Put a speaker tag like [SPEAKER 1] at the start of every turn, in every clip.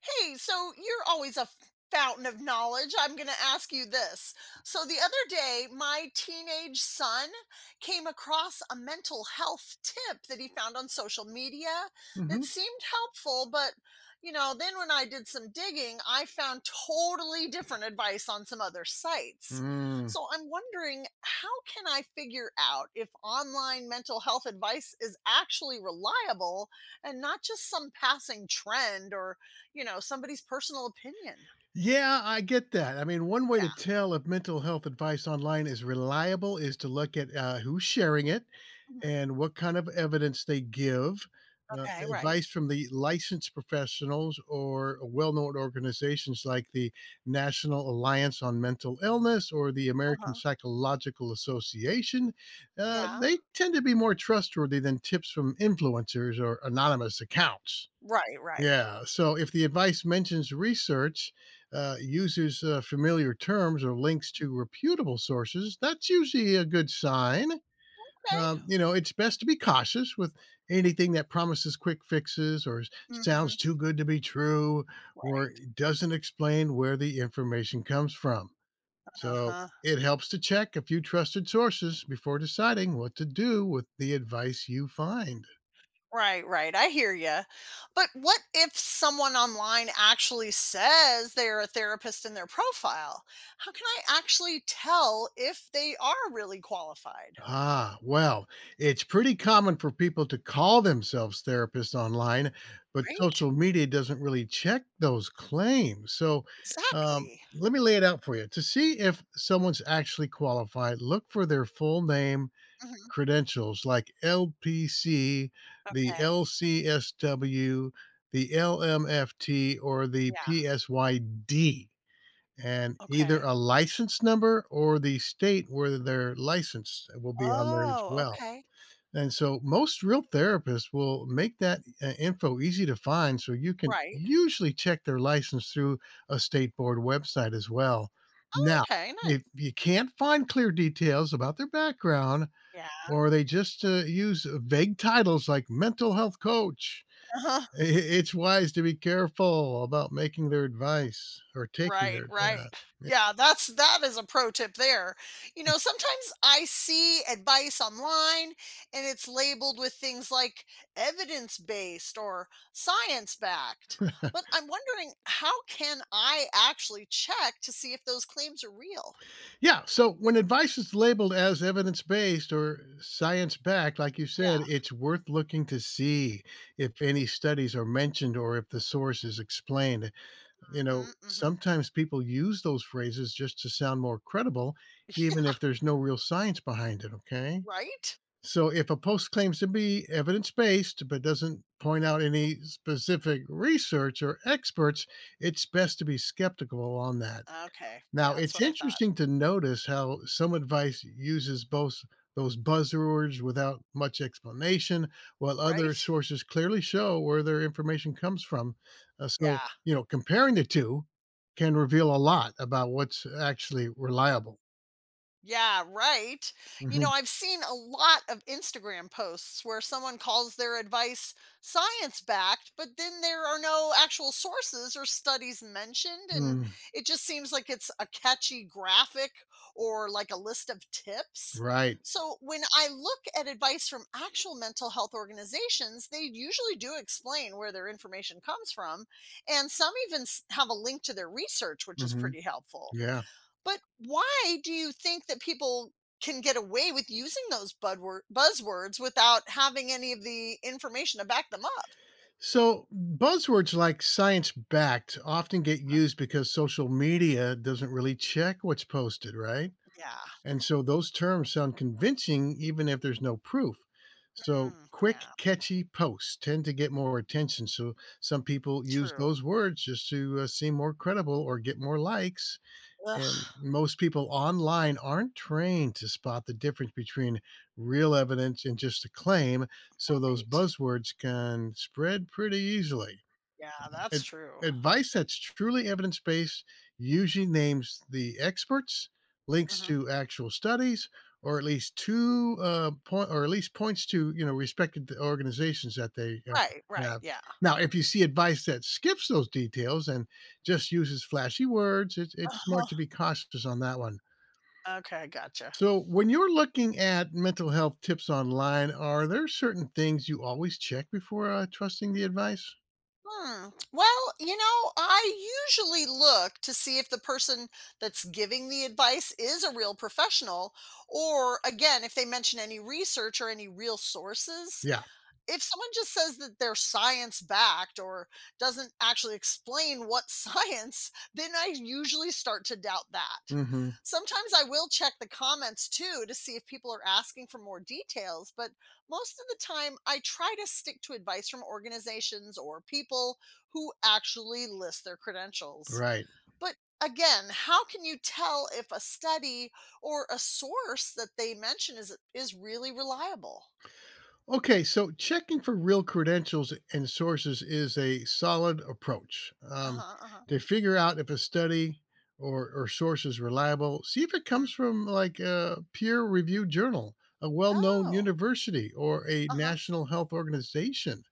[SPEAKER 1] Hey, so you're always a fountain of knowledge. I'm going to ask you this. So, the other day, my teenage son came across a mental health tip that he found on social media that
[SPEAKER 2] Mhm.
[SPEAKER 1] seemed helpful, but then when I did some digging, I found totally different advice on some other sites.
[SPEAKER 2] Mm.
[SPEAKER 1] So, I'm wondering how can I figure out if online mental health advice is actually reliable and not just some passing trend or somebody's personal opinion.
[SPEAKER 2] Yeah, I get that. One
[SPEAKER 1] Yeah.
[SPEAKER 2] way to tell if mental health advice online is reliable is to look at who's sharing it
[SPEAKER 1] Mhm.
[SPEAKER 2] and what kind of evidence they give. Uh,
[SPEAKER 1] Okay, right.
[SPEAKER 2] Advice from the licensed professionals or well known organizations like the National Alliance on Mental Illness or the American
[SPEAKER 1] Uh-huh.
[SPEAKER 2] Psychological Association,
[SPEAKER 1] Yeah.
[SPEAKER 2] they tend to be more trustworthy than tips from influencers or anonymous accounts.
[SPEAKER 1] Right, right.
[SPEAKER 2] Yeah. So if the advice mentions research, uses familiar terms or links to reputable sources, that's usually a good sign.
[SPEAKER 1] Okay.
[SPEAKER 2] You know, it's best to be cautious with anything that promises quick fixes or sounds
[SPEAKER 1] Mhm.
[SPEAKER 2] too good to be true or
[SPEAKER 1] Right.
[SPEAKER 2] doesn't explain where the information comes from. So
[SPEAKER 1] Uh-huh.
[SPEAKER 2] it helps to check a few trusted sources before deciding what to do with the advice you find.
[SPEAKER 1] Right, right. I hear you. But what if someone online actually says they're a therapist in their profile? How can I actually tell if they are really qualified?
[SPEAKER 2] Well, it's pretty common for people to call themselves therapists online, but
[SPEAKER 1] Right?
[SPEAKER 2] social media doesn't really check those claims. So,
[SPEAKER 1] Exactly.
[SPEAKER 2] let me lay it out for you. To see if someone's actually qualified, look for their full name
[SPEAKER 1] Mhm.
[SPEAKER 2] credentials like LPC, the
[SPEAKER 1] Okay.
[SPEAKER 2] LCSW, the LMFT, or the
[SPEAKER 1] Yeah.
[SPEAKER 2] PSYD. And either
[SPEAKER 1] Okay.
[SPEAKER 2] a license number or the state where they're licensed will be on there as
[SPEAKER 1] Oh,
[SPEAKER 2] well.
[SPEAKER 1] okay.
[SPEAKER 2] And so most real therapists will make that, info easy to find, so you can
[SPEAKER 1] Right.
[SPEAKER 2] usually check their license through a state board website as well. Now,
[SPEAKER 1] Okay, nice.
[SPEAKER 2] if you can't find clear details about their background
[SPEAKER 1] Yeah.
[SPEAKER 2] or they just, use vague titles like mental health coach,
[SPEAKER 1] Uh-huh.
[SPEAKER 2] I it's wise to be careful about making their advice or taking
[SPEAKER 1] Right,
[SPEAKER 2] their
[SPEAKER 1] right.
[SPEAKER 2] advice.
[SPEAKER 1] Yeah, that is a pro tip there. Sometimes I see advice online and it's labeled with things like evidence-based or science-backed. But I'm wondering how can I actually check to see if those claims are real?
[SPEAKER 2] Yeah. So when advice is labeled as evidence based or science backed, like you
[SPEAKER 1] Yeah.
[SPEAKER 2] said, it's worth looking to see if any studies are mentioned or if the source is explained. You know,
[SPEAKER 1] Mhm. Mhm.
[SPEAKER 2] sometimes people use those phrases just to sound more credible, even if there's no real science behind it. Okay.
[SPEAKER 1] Right?
[SPEAKER 2] So if a post claims to be evidence based but doesn't point out any specific research or experts, it's best to be skeptical on that.
[SPEAKER 1] Okay. Yeah,
[SPEAKER 2] Now,
[SPEAKER 1] that's
[SPEAKER 2] it's
[SPEAKER 1] what I thought.
[SPEAKER 2] interesting to notice how some advice uses both those buzzwords without much explanation, while other
[SPEAKER 1] Right?
[SPEAKER 2] sources clearly show where their information comes from. So,
[SPEAKER 1] Yeah.
[SPEAKER 2] you know, comparing the two can reveal a lot about what's actually reliable.
[SPEAKER 1] Yeah, right.
[SPEAKER 2] Mhm.
[SPEAKER 1] I've seen a lot of Instagram posts where someone calls their advice science backed, but then there are no actual sources or studies mentioned. And
[SPEAKER 2] Mm.
[SPEAKER 1] it just seems like it's a catchy graphic or like a list of tips.
[SPEAKER 2] Right.
[SPEAKER 1] So when I look at advice from actual mental health organizations, they usually do explain where their information comes from. And some even have a link to their research, which is
[SPEAKER 2] Hmm.
[SPEAKER 1] pretty helpful.
[SPEAKER 2] Yeah.
[SPEAKER 1] But why do you think that people can get away with using those budwor buzzwords without having any of the information to back them up?
[SPEAKER 2] So, buzzwords like science backed often get
[SPEAKER 1] uh
[SPEAKER 2] used because social media doesn't really check what's posted, right?
[SPEAKER 1] Yeah.
[SPEAKER 2] And so those terms sound convincing even if there's no proof. So
[SPEAKER 1] Mm,
[SPEAKER 2] quick,
[SPEAKER 1] yeah.
[SPEAKER 2] catchy posts tend to get more attention. So some people use
[SPEAKER 1] True.
[SPEAKER 2] those words just to seem more credible or get more likes. And
[SPEAKER 1] Ugh.
[SPEAKER 2] most people online aren't trained to spot the difference between real evidence and just a claim. So those
[SPEAKER 1] Right.
[SPEAKER 2] buzzwords can spread pretty easily.
[SPEAKER 1] Yeah, that's
[SPEAKER 2] Ad
[SPEAKER 1] true.
[SPEAKER 2] Advice that's truly evidence-based usually names the experts, links
[SPEAKER 1] Hmm.
[SPEAKER 2] to actual studies, or at least 2, uh, point or at least points to, you know, respected organizations that they,
[SPEAKER 1] Right. Right.
[SPEAKER 2] have.
[SPEAKER 1] Yeah.
[SPEAKER 2] Now, if you see advice that skips those details and just uses flashy words, it's
[SPEAKER 1] Uh-huh.
[SPEAKER 2] smart to be cautious on that one.
[SPEAKER 1] Okay. Gotcha.
[SPEAKER 2] So, when you're looking at mental health tips online, are there certain things you always check before, trusting the advice?
[SPEAKER 1] Hmm. Well, I usually look to see if the person that's giving the advice is a real professional, or again, if they mention any research or any real sources.
[SPEAKER 2] Yeah.
[SPEAKER 1] If someone just says that they're science backed or doesn't actually explain what science, then I usually start to doubt that.
[SPEAKER 2] Mhm.
[SPEAKER 1] Sometimes I will check the comments too to see if people are asking for more details, but most of the time I try to stick to advice from organizations or people who actually list their credentials.
[SPEAKER 2] Right.
[SPEAKER 1] But again, how can you tell if a study or a source that they mention is really reliable?
[SPEAKER 2] Okay, so checking for real credentials and sources is a solid approach.
[SPEAKER 1] Uh-huh, uh-huh.
[SPEAKER 2] To figure out if a study or source is reliable, see if it comes from like a peer reviewed journal, a well known
[SPEAKER 1] Oh,
[SPEAKER 2] university, or a
[SPEAKER 1] uh-huh.
[SPEAKER 2] national health organization.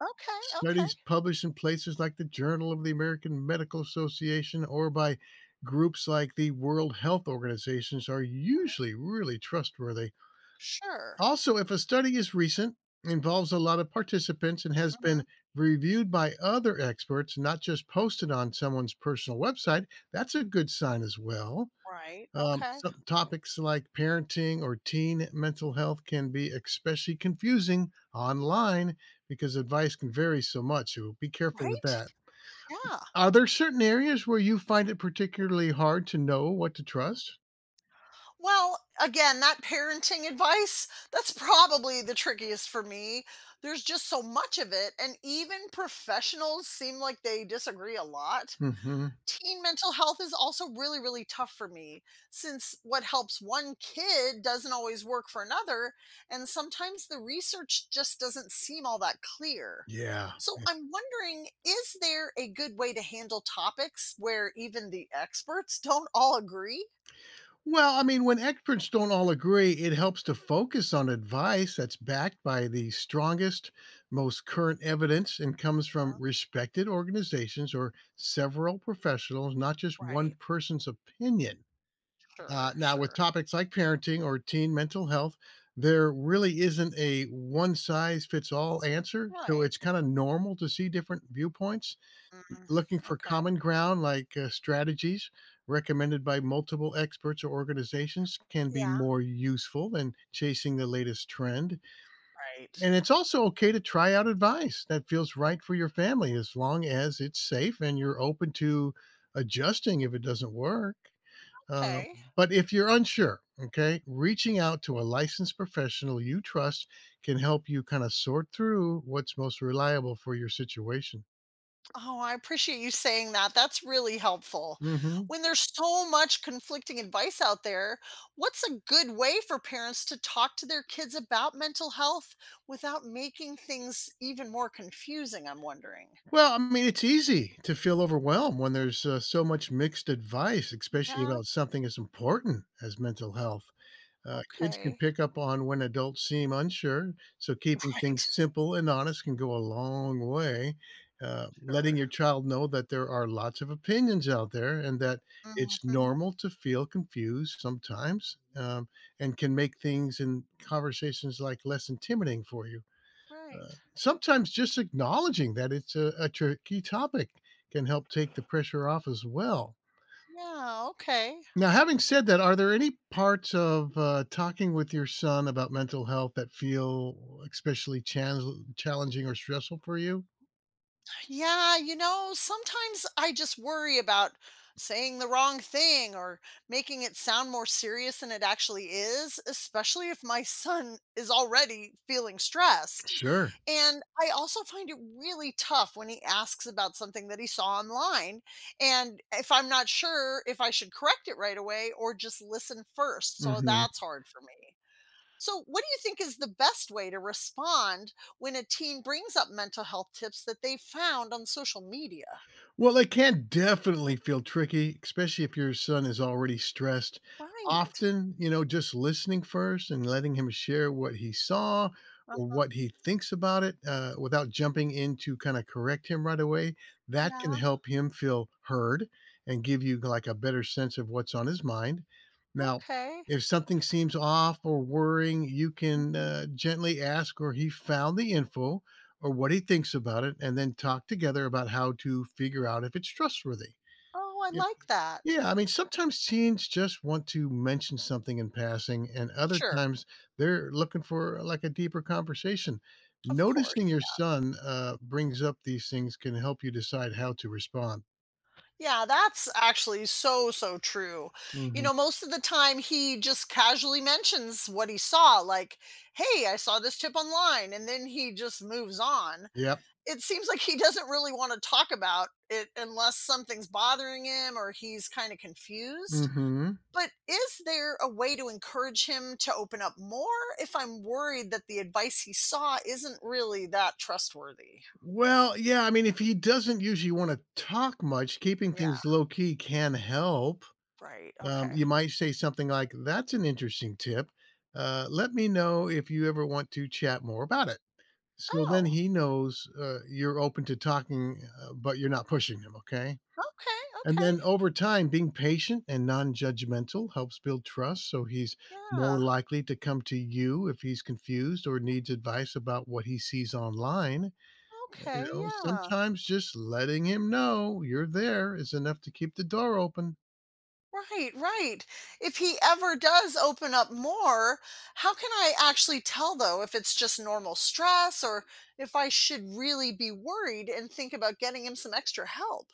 [SPEAKER 1] Okay, okay.
[SPEAKER 2] Studies published in places like the Journal of the American Medical Association or by groups like the World Health Organizations are
[SPEAKER 1] Right.
[SPEAKER 2] usually really trustworthy
[SPEAKER 1] Sure.
[SPEAKER 2] also, if a study is recent, involves a lot of participants, and has
[SPEAKER 1] Mhm.
[SPEAKER 2] been reviewed by other experts, not just posted on someone's personal website, that's a good sign as well.
[SPEAKER 1] Right, okay.
[SPEAKER 2] Some topics like parenting or teen mental health can be especially confusing online because advice can vary so much. So be careful with
[SPEAKER 1] Right?
[SPEAKER 2] that.
[SPEAKER 1] Yeah.
[SPEAKER 2] Are there certain areas where you find it particularly hard to know what to trust?
[SPEAKER 1] Well, again, that parenting advice, that's probably the trickiest for me. There's just so much of it, and even professionals seem like they disagree a lot.
[SPEAKER 2] Hmm.
[SPEAKER 1] Teen mental health is also really, really tough for me since what helps one kid doesn't always work for another, and sometimes the research just doesn't seem all that clear.
[SPEAKER 2] Yeah.
[SPEAKER 1] So I'm wondering is there a good way to handle topics where even the experts don't all agree?
[SPEAKER 2] Well, I mean, when experts don't all agree, it helps to focus on advice that's backed by the strongest, most current evidence and comes from
[SPEAKER 1] Uh,
[SPEAKER 2] respected organizations or several professionals, not just
[SPEAKER 1] right.
[SPEAKER 2] one person's opinion.
[SPEAKER 1] Sure,
[SPEAKER 2] Now, with
[SPEAKER 1] sure.
[SPEAKER 2] topics like parenting or teen mental health, there really isn't a one size fits all answer. So
[SPEAKER 1] Right.
[SPEAKER 2] it's kind of normal to see different viewpoints.
[SPEAKER 1] Mm,
[SPEAKER 2] Looking for
[SPEAKER 1] okay.
[SPEAKER 2] common ground like, strategies recommended by multiple experts or organizations can be
[SPEAKER 1] Yeah.
[SPEAKER 2] more useful than chasing the latest trend.
[SPEAKER 1] Right.
[SPEAKER 2] And it's also okay to try out advice that feels right for your family as long as it's safe and you're open to adjusting if it doesn't work. Uh,
[SPEAKER 1] Okay.
[SPEAKER 2] but if you're unsure, okay, reaching out to a licensed professional you trust can help you kind of sort through what's most reliable for your situation.
[SPEAKER 1] Oh, I appreciate you saying that. That's really helpful.
[SPEAKER 2] Mhm.
[SPEAKER 1] When there's so much conflicting advice out there, what's a good way for parents to talk to their kids about mental health without making things even more confusing? I'm wondering.
[SPEAKER 2] Well, I mean, it's easy to feel overwhelmed when there's so much mixed advice, especially
[SPEAKER 1] Yeah,
[SPEAKER 2] about something as important as mental health. Kids can
[SPEAKER 1] okay.
[SPEAKER 2] pick up on when adults seem unsure, so keeping things
[SPEAKER 1] Right.
[SPEAKER 2] simple and honest can go a long way. Letting
[SPEAKER 1] Sure.
[SPEAKER 2] your child know that there are lots of opinions out there and that it's
[SPEAKER 1] Hmm.
[SPEAKER 2] normal to feel confused sometimes and can make things in conversations like less intimidating for you.
[SPEAKER 1] Right.
[SPEAKER 2] Uh, Sometimes just acknowledging that it's a tricky topic can help take the pressure off as well.
[SPEAKER 1] Yeah, okay.
[SPEAKER 2] Now, having said that, are there any parts of talking with your son about mental health that feel especially challenging or stressful for you?
[SPEAKER 1] Yeah, sometimes I just worry about saying the wrong thing or making it sound more serious than it actually is, especially if my son is already feeling stressed.
[SPEAKER 2] Sure.
[SPEAKER 1] And I also find it really tough when he asks about something that he saw online. And if I'm not sure if I should correct it right away or just listen first. So that's hard for me. So, what do you think is the best way to respond when a teen brings up mental health tips that they found on social media?
[SPEAKER 2] Well, it can definitely feel tricky, especially if your son is already stressed.
[SPEAKER 1] Right.
[SPEAKER 2] Often, you know, just listening first and letting him share what he saw or
[SPEAKER 1] Uh-huh.
[SPEAKER 2] what he thinks about it without jumping in to kind of correct him right away, that can
[SPEAKER 1] Yeah.
[SPEAKER 2] help him feel heard and give you like a better sense of what's on his mind. Now,
[SPEAKER 1] Okay.
[SPEAKER 2] if something seems off or worrying, you can
[SPEAKER 1] Mhm.
[SPEAKER 2] gently ask, or he found the info or what he thinks about it, and then talk together about how to figure out if it's trustworthy.
[SPEAKER 1] Oh, I
[SPEAKER 2] Y-
[SPEAKER 1] like that.
[SPEAKER 2] Yeah, I mean, sometimes teens just want to mention something in passing, and other
[SPEAKER 1] Sure.
[SPEAKER 2] times they're looking for like a deeper conversation.
[SPEAKER 1] Of
[SPEAKER 2] Noticing
[SPEAKER 1] course.
[SPEAKER 2] your son brings up these things can help you decide how to respond.
[SPEAKER 1] Yeah, that's actually so, so true.
[SPEAKER 2] Hmm.
[SPEAKER 1] Most of the time he just casually mentions what he saw, like, hey, I saw this tip online, and then he just moves on.
[SPEAKER 2] Yep.
[SPEAKER 1] It seems like he doesn't really want to talk about it unless something's bothering him or he's kind of confused.
[SPEAKER 2] Hmm.
[SPEAKER 1] But is there a way to encourage him to open up more if I'm worried that the advice he saw isn't really that trustworthy?
[SPEAKER 2] Well, yeah, I mean, if he doesn't usually want to talk much, keeping
[SPEAKER 1] Yeah,
[SPEAKER 2] things low key can help.
[SPEAKER 1] right. Okay.
[SPEAKER 2] You might say something like, that's an interesting tip. Let me know if you ever want to chat more about it. So then
[SPEAKER 1] Oh,
[SPEAKER 2] he knows you're open to talking, but you're not pushing him. Okay.
[SPEAKER 1] okay.
[SPEAKER 2] And
[SPEAKER 1] Okay.
[SPEAKER 2] then over time, being patient and non judgmental helps build trust. So he's
[SPEAKER 1] Yeah.
[SPEAKER 2] more likely to come to you if he's confused or needs advice about what he sees online. You
[SPEAKER 1] Okay.
[SPEAKER 2] know,
[SPEAKER 1] Yeah.
[SPEAKER 2] sometimes just letting him know you're there is enough to keep the door open.
[SPEAKER 1] Right, right. If he ever does open up more, how can I actually tell though if it's just normal stress or if I should really be worried and think about getting him some extra help?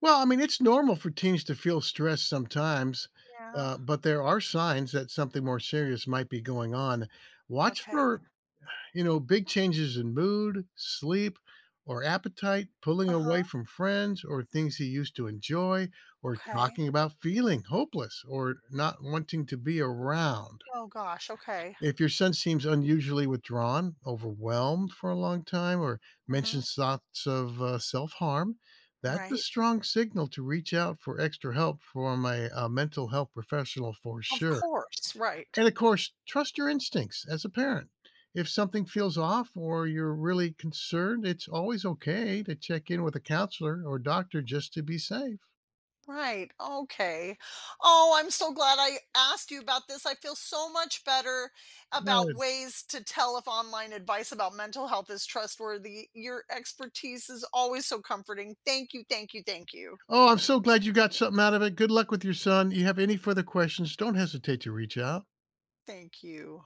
[SPEAKER 2] Well, I mean, it's normal for teens to feel stressed sometimes,
[SPEAKER 1] Yeah.
[SPEAKER 2] but there are signs that something more serious might be going on. Watch
[SPEAKER 1] Okay.
[SPEAKER 2] for, you know, big changes in mood, sleep, or appetite, pulling
[SPEAKER 1] Uh
[SPEAKER 2] away
[SPEAKER 1] huh.
[SPEAKER 2] from friends or things he used to enjoy, or
[SPEAKER 1] Okay.
[SPEAKER 2] talking about feeling hopeless or not wanting to be around.
[SPEAKER 1] Oh gosh. Okay.
[SPEAKER 2] If your son seems unusually withdrawn, overwhelmed for a long time, or
[SPEAKER 1] Hmm.
[SPEAKER 2] mentions thoughts of self harm, that's a
[SPEAKER 1] Right.
[SPEAKER 2] strong signal to reach out for extra help from a mental health professional for
[SPEAKER 1] Of
[SPEAKER 2] sure.
[SPEAKER 1] course. Right.
[SPEAKER 2] And of course, trust your instincts as a parent. If something feels off or you're really concerned, it's always okay to check in with a counselor or doctor just to be safe.
[SPEAKER 1] Right. Okay. Oh, I'm so glad I asked you about this. I feel so much better about
[SPEAKER 2] Good.
[SPEAKER 1] ways to tell if online advice about mental health is trustworthy. Your expertise is always so comforting. Thank you. Thank you. Thank you.
[SPEAKER 2] Oh, I'm so glad you got something out of it. Good luck with your son. You have any further questions, don't hesitate to reach out.
[SPEAKER 1] Thank you.